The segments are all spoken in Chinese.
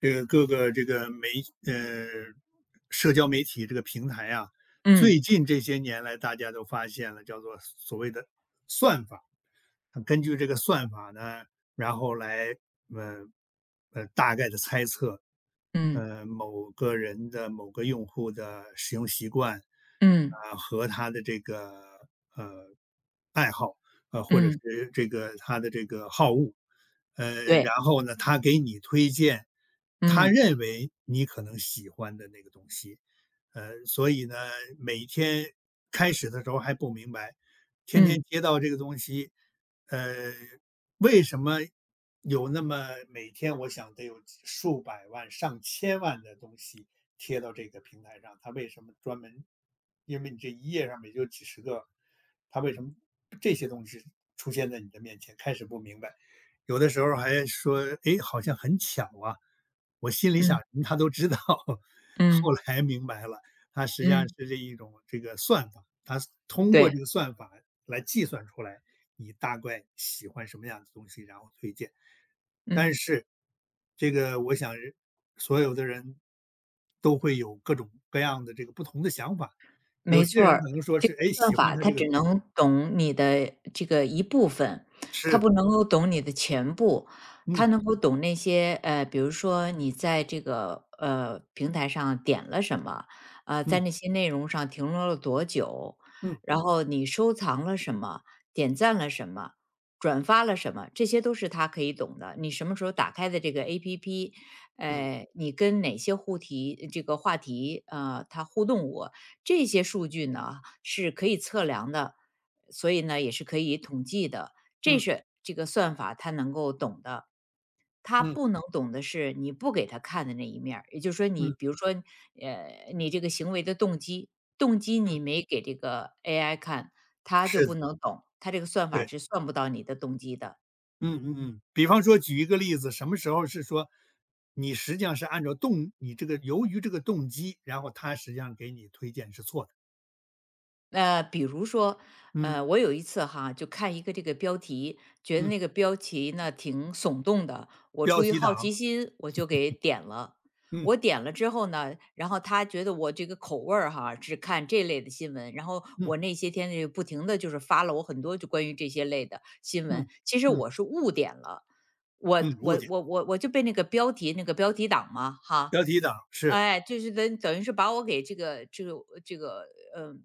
这个各个这个媒呃社交媒体这个平台啊，最嗯，近这些年来大家都发现了叫做所谓的算法。根据这个算法呢，然后来呃大概的猜测，嗯，某个人的某个用户的使用习惯，嗯，啊、和他的这个呃爱好，或者嗯，是这个他的这个好恶，对，然后呢他给你推荐他嗯，认为你可能喜欢的那个东西，所以呢每天开始的时候还不明白，天嗯，天接到这个东西。呃，为什么有那么每天我想得有几数百万、上千万的东西贴到这个平台上？它为什么专门？因为你这一页上面就几十个，它为什么这些东西出现在你的面前？开始不明白，有的时候还说，诶，好像很巧啊。我心里想，嗯，嗯么他都知道，嗯，后来明白了，它实际上嗯，是这一种这个算法，它通过对，这个算法来计算出来你大概喜欢什么样的东西，然后推荐。但嗯。是这个我想是所有的人都会有各种各样的这个不同的想法，有没些错人儿。可能说这是，个哎，喜算欢法他它这个只推荐，能懂你的这个一部分，它是，不能够懂你的全部。它嗯能够懂那些比如说你在这个平台上点了什么，在嗯那些内容上停留了多久，嗯然后你收藏了什么，点赞了什么，转发了什么，这些都是它可以懂的。你什么时候打开的这个 APP，嗯你跟哪些话题这个话题它互动过，这些数据呢是可以测量的，所以呢也是可以统计的。这嗯是这个算法它能够懂的，它嗯不能懂的是你不给它看的那一面儿，也就是说你，嗯比如说，你这个行为的动机，动机嗯，你没给这个 AI 看，它就是的，不能懂，它这个算法对，是算不到你的动机的。嗯嗯嗯。比方说举一个例子，什么时候是说你实际上是按照动你这个由于这个动机，然后他实际上给你推荐是错的，比如说，嗯我有一次哈，就看一个这个标题，觉得嗯，那个标题呢挺耸动的，我标出于题党。好奇心，我就给点了。嗯我点了之后呢，然后他觉得我这个口味儿哈，只看这类的新闻，然后嗯我那些天就不停的就是发了我很多就关于这些类的新嗯闻。其实嗯我是误点了，我嗯，误我解，我我我就被那个标题党嘛哈，标题党是哎，就是等于是把我给这个，嗯，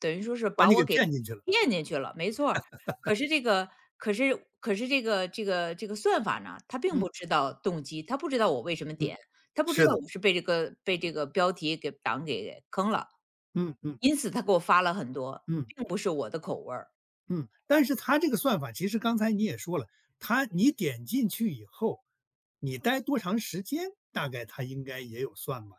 等于说是把把你我给给骗进去了。骗进去了，没错儿。可是这个可是这个算法呢，它并嗯不知道动机，它不知道我为什么嗯，点，它不知是道的，我是被这个标题给党给坑了。嗯嗯因此它给我发了很多，嗯并不是我的口味儿。嗯。但是他这个算法，其实刚才你也说了，他你点进去以后，你待多长时间，大概他应该也有算吧。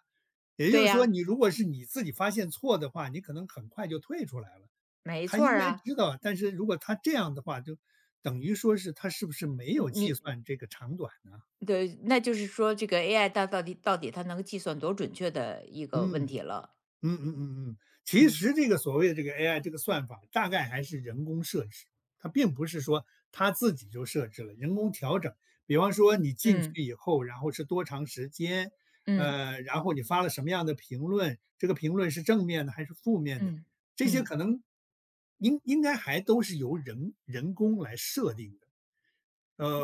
也就对是说，呀，你如果是你自己发现错的话，你可能很快就退出来了。没他错应儿该啊，知道，但是如果他这样的话，就等于说是他是不是没有计你算这个长短呢？你对，那就是说这个 AI 它到底它能计算多准确的一个问嗯。题了。嗯嗯嗯嗯，其嗯，实这个所谓的这个 AI 这个算法，大概还是人工设置，它并不是说它自己就设置了，人工调整。比方说你进去嗯，以后，然后是多长时间，嗯，然后你发了什么样的评论，这个评论是正面的还是负面的，嗯，这些嗯，可能应该还都是由人工来设定的。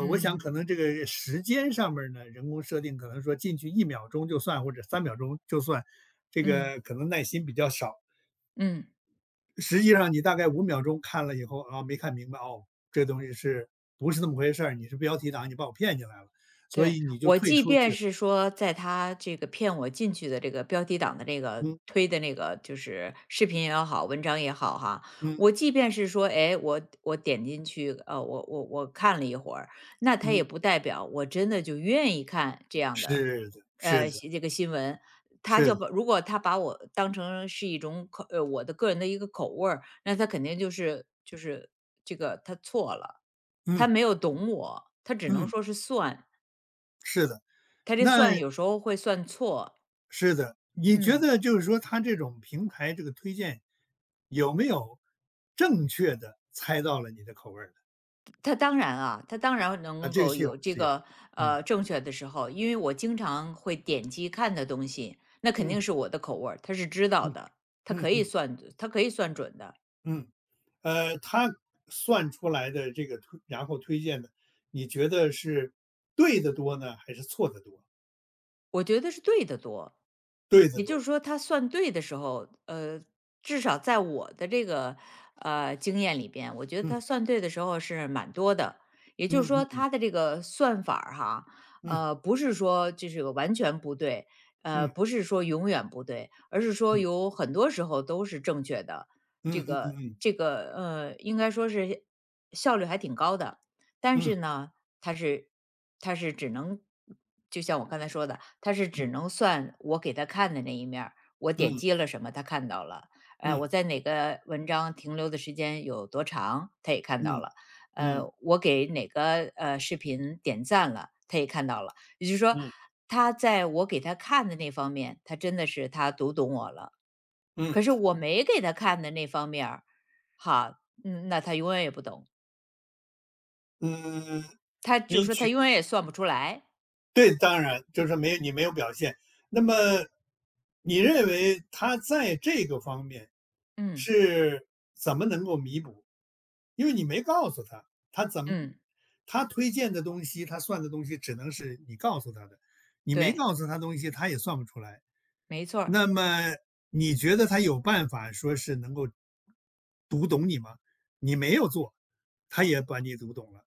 嗯，我想嗯，可能这个时间上面儿呢，人工设定可能说进去1秒钟就算，或者3秒钟就算，这嗯，个可能耐心比较少。嗯，实际上你大概5秒钟看了以后，啊，没看明白，哦，这东西是不是那么回事儿，你是标题党，你把我骗进来了，所对，以你就我退即出去便了。是说在他这个骗我进去的这个标题党的那个嗯，推的那个就是视频也好，文章也好哈，嗯，我即便是说，哎，我点进去，我看了一会儿，那他也嗯，不代表我真的就愿意看这样的，是的，是的，新这个新闻。他是的，就把如果他把我当成是一种口，我的个人的一个口味儿，那他肯定就是这个他错了，他嗯，没有懂我，他只能嗯，说是算。是的。他这那算有时候会算错，是的，你觉嗯，得就是说它这种平台这个推荐，有没有正确的猜到了你的口味儿的？他当然啊，他当然啊，能这个够是有有这是有，个嗯。正确的时候，因为我经常会点击看的东西，那肯定嗯是我的口味儿，他是知道嗯的，他嗯可以嗯算，他可以算准的，嗯，它算出来的这个然后推荐的，你觉得是对的多呢，还是错的多？我觉得是对的多，对的也就多，是说，他算对的时候，至少在我的这个经验里边，我觉得他嗯。算对的时候是蛮多的。也就是嗯说，嗯他的这个算法儿哈，嗯不是说就是完全不对，嗯不是说永远不对，而是说嗯有很多时候都是正确的。嗯嗯嗯嗯应该说是效率还挺高的，但嗯是呢，它是他是只能就像我刚才说的，他是只能算我给他看的那一面儿我点嗯击了什么，他看到了。嗯我在哪个文章停留的时间有多长，他也看嗯到嗯了。我给哪个视频点赞了，他也看到了。也就是说，嗯他在我给他看的那方面，他真的是他读懂我了。嗯嗯可是我没给他看的那方面儿，哈，那他永远也不懂，嗯，他就你说举他永远也算不出来。对，当然就是没有你没有表现。那么，你认为他在这个方面嗯，是怎么能够弥补？因为你没告诉他，他怎么嗯，他推荐的东西，他算的东西只能是你告诉他的，你没对。告诉他东西，他也算不出来。没错儿，那么，你觉得他有办法说是能够读懂你吗？你没有做，他也把你读懂了，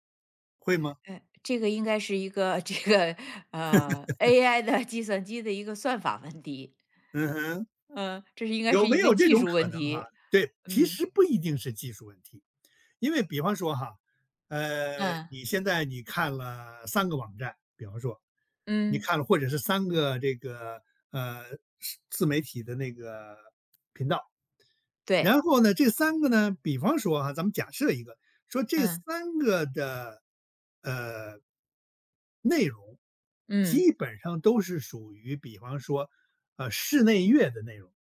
会吗？这个应该是一个 这个AI 的计算机的一个算法问题，嗯哼。嗯，应该有是没一个有这技种术可问能哈？题，对，其嗯，实不一定是技术问题，因为比方说哈，嗯，你现在你看了三个网站，比方说，你嗯，看了或者是三个这个呃是自媒体的那个频道，然对，后呢，这三个呢，比方说哈，咱们假设一个，说这嗯，三个的呃内容嗯，基本上都是属于比方说室内乐的内容。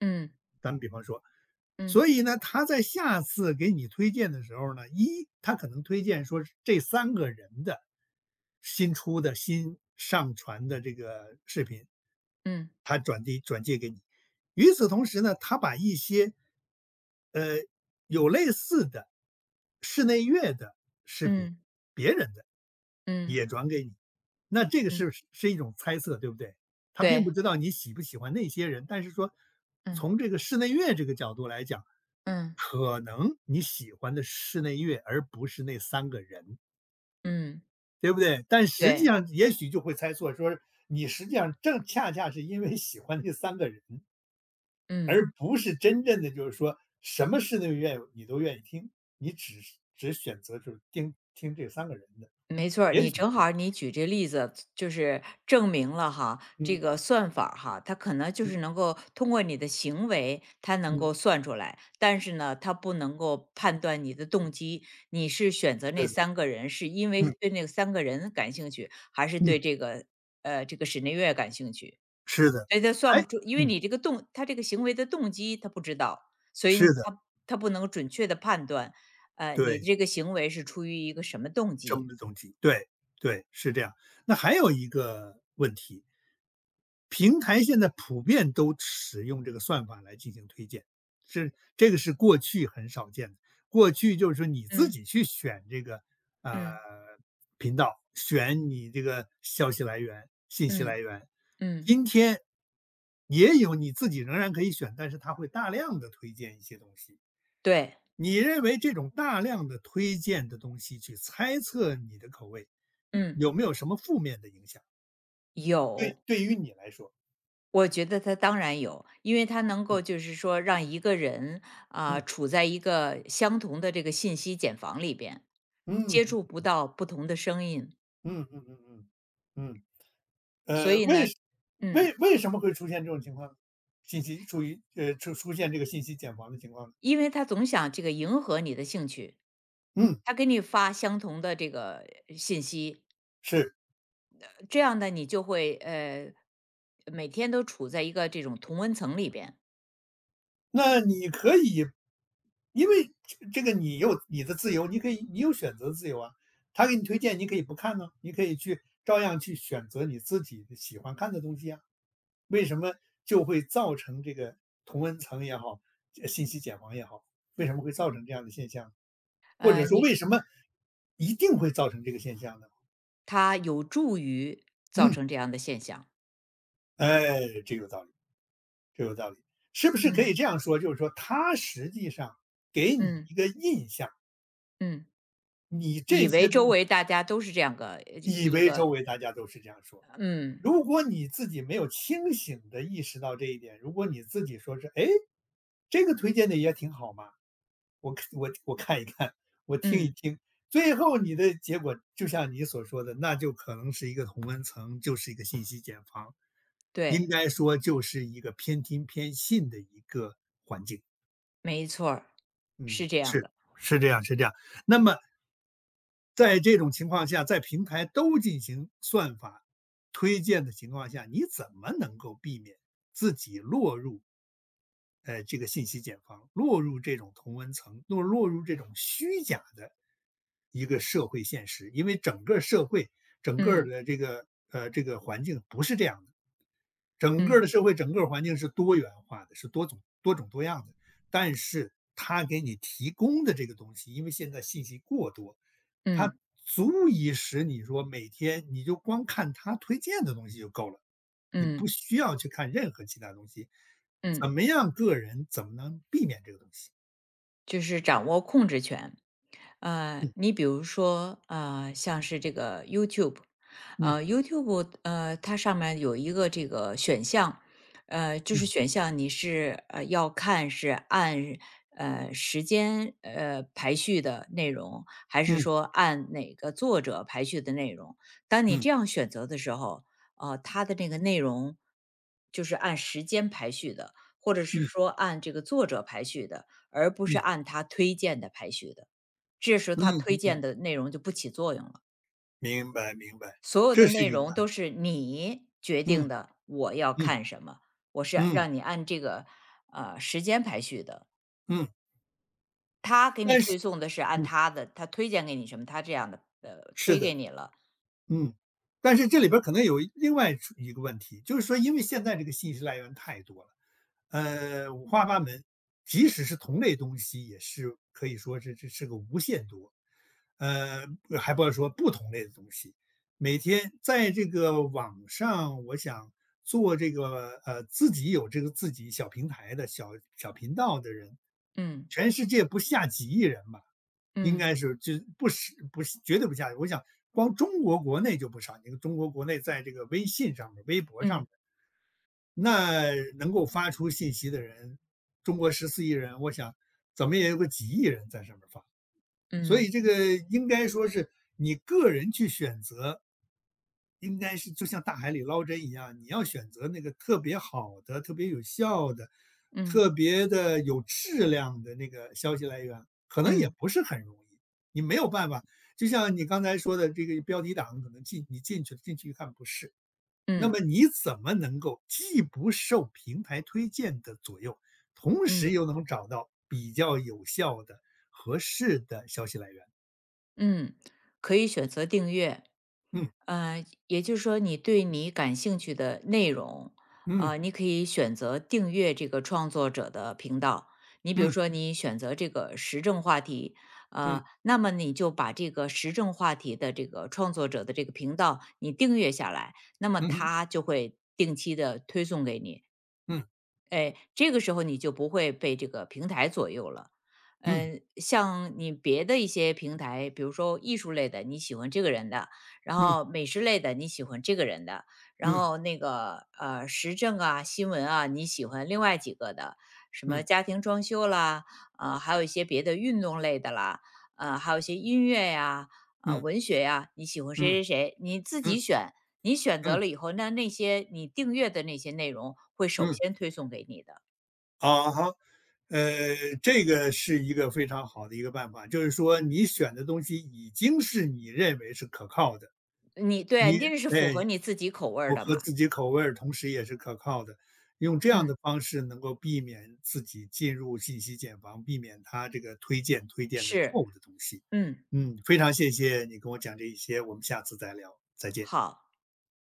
嗯，咱们比方说，所嗯，以呢，他在下次给你推荐的时候呢，他可能推荐说是这三个人的新上传的这个视频，嗯，他转借给你。与此同时呢，他把一些呃有类似的室内乐的视频，嗯，别人的。嗯，也转给你。那这个是嗯，是一种猜测，对不对？他并不对，知道你喜不喜欢那些人，但是说嗯，从这个室内乐这个角度来讲，嗯，可能你喜欢的是室内乐，而不是那三个人，嗯，对不对？但实际对，上也许就会猜错，说你实际上正恰恰是因为喜欢那三个人，嗯。而不是真正的就是说什么室内乐你都愿意听，你只选择就是听听这三个人的，没错儿。也你许是正这好样儿你举这例子，就是证明了哈，这嗯个算法儿哈，它可能就嗯是能够通过你的行为，它能嗯，够算出来，但是呢，它不能够判断你的动机。你是选择那是的。三个人，是因为嗯对那三个人感兴趣，还是嗯，对这个室内乐感兴趣？是的，所以它算还不出，因为嗯，你这个动，他这个行为的动机他不知道，所是以的，他不能准确的判断，你对，的这个行为是出于一个什么动生机？不总体对对，是这样。那还有一个问题，平台现在普遍都使用这个算法来进行推荐，是过去很少见的。过去就是说你自嗯。己去选这个呃嗯，频道，选你这个消息来源、信息嗯，来源。嗯，今天也有你自己仍然可以选，但是它会大量的推荐一些东西。对，你认为这种大量的推荐的东西去猜测你的口味，嗯，有没有什么负面的影响？对，有，对于你来说，我觉得他当然有，因为他能够嗯就是说让一个人啊、嗯处在一个相同的这个信息茧房里边，嗯接触嗯不到不同的声音，嗯嗯嗯嗯，所呃，以为呢，什为嗯为什么会出现这种情况呢？信息处于呃出出现这个信息茧房的情况呢？因为他总想这个迎合你的兴趣，嗯，他给你发相同的这个信息，是。这样呢，你就会每天都处在一个这种同温层里边，那你可以，因为这个你有你的自由，你可以你有选择自由啊。他给你推荐，你可以不看呢、你可以去照样去选择你自己喜欢看的东西啊。为什么就会造成这个同温层也好，这信息茧房也好，为什么会造成这样的现象？或者呃，说你为什么一定会造成这个现象呢？它有助于造嗯，成这样的现象。哎，这有道理，这有道理。是不是可嗯，以这样说？就是说，他实际上给你嗯，一个印象，嗯。你这以些为周东西。围大家都是这样个以一为周个。围大家都是这样说。嗯，如果你自己没有清醒的意识到这一点，如果你自己说是，哎，这个推荐的也挺好嘛，我看一看，我听一嗯。听，最后你的结果就像你所说的，那就可能是一个同温层，就是一个信息茧房，对，应该说就是一个偏听偏信的一个没错儿，嗯，是这样是的。是这样是这样。那么在这种情况下，在平台都进行算法推荐的情况下，你怎么能够避免自己落入这个信息茧房，落入这种同文层，落入这种虚假的一个社会现实？因为整个社会整个嗯，的这个这个环境不是这样的。整个嗯，的社会、整个环境是多元化的，是多种多样的。但是它给你提供的这个东西，因为现在信息过多，它嗯，足以使你说每天你就光看它推荐的东西就够了，你不嗯，需要去看任何其他东西。怎嗯。么样，个人怎么能避免这个东西？就是掌握控制权。嗯你比如说，像是这个 YouTube，嗯它上面有一个这个选项，就是嗯选项你是要看是按时间排序的内容，还是嗯说按哪个作者排序的内容？当你嗯这样选择的时候，它的那个内容就是按时间排序的，或者是嗯说按这个作者排序的，而不是嗯按他推荐的排序的。这时嗯他推嗯嗯，嗯荐的内容就不起作用了。明白明白，所有的这是内一个容办法都是你决嗯定的，我要嗯看什么，我是嗯让你按这个时间排序的。嗯，他给你但是推送的是按嗯，他的，他推荐给你什么，他这样的是推的。给你了。嗯，但是这里边儿可能有另外出一个问题，就是说因为现在这个信息来源太多了，五花八门，即使是同类东西，也是可以说是这是个无限多，呃，还不要说不同类的东西。每天在这个网上，我想做这个自己有这个自己小平台的小小频道的人，全世界不下几亿人吧。应嗯，该是就不是绝对不下去。我想光中国国内就不少，你看中国国内在这个微信上面、微博上嗯，面，那能够发出信息的人，中国14亿人，我想怎么也有个几亿人在上面发。所以嗯，这个应该说是你个人去选择应该是就像大海里捞针一样，你要选择那个特别好的、特别有效的、嗯，特别的有质量的那个消息来源，可能也嗯，不是很容易。你没有办法，就像你刚才说的，这个标题党可能进去了，进去一看不是，嗯，那嗯，么嗯，你怎么能够既不受平台推荐的左右，同时嗯。又能找到比较有效的、合适的消息来源？嗯，可以选择订阅。嗯也就是说，你对你感兴趣的内容，嗯你可以选择订阅这个创作者的频道。你比如嗯说，你选择这个时政话题，嗯那么你就把这个时政话题的这个创作者的这个频道你订阅下来，那么嗯他就会定期的推送给你。嗯哎，这个时候你就不会被这个平台左右了。嗯嗯，像你别的一些平台，比如说艺术类的，你喜欢这个人的；然嗯后美食类的，你喜欢这个人的；然嗯后那个时政啊、新闻啊，你喜欢另外几个的，什么嗯。家庭装修啦，啊，还有一些别的运动类的啦，还有一些音乐呀、啊、嗯文学呀、你喜欢谁嗯谁谁，你自嗯己选。你选择嗯了以后，那些你订阅的那些内容会首嗯，先推送给你的。啊好，呃，这个是一个非常好的一个办法，就是说你选的东西已经是你认为是可靠的，你对啊，你你这是符哎合你自己口味儿符的合嘛。自己口味儿，同时也是可靠的，用这样的嗯，方式能够避免自己进入信息茧房，避免他这个推荐的错是，误的东西。嗯，嗯，非常谢谢你跟我讲这一些，我们下次再聊，再见。好。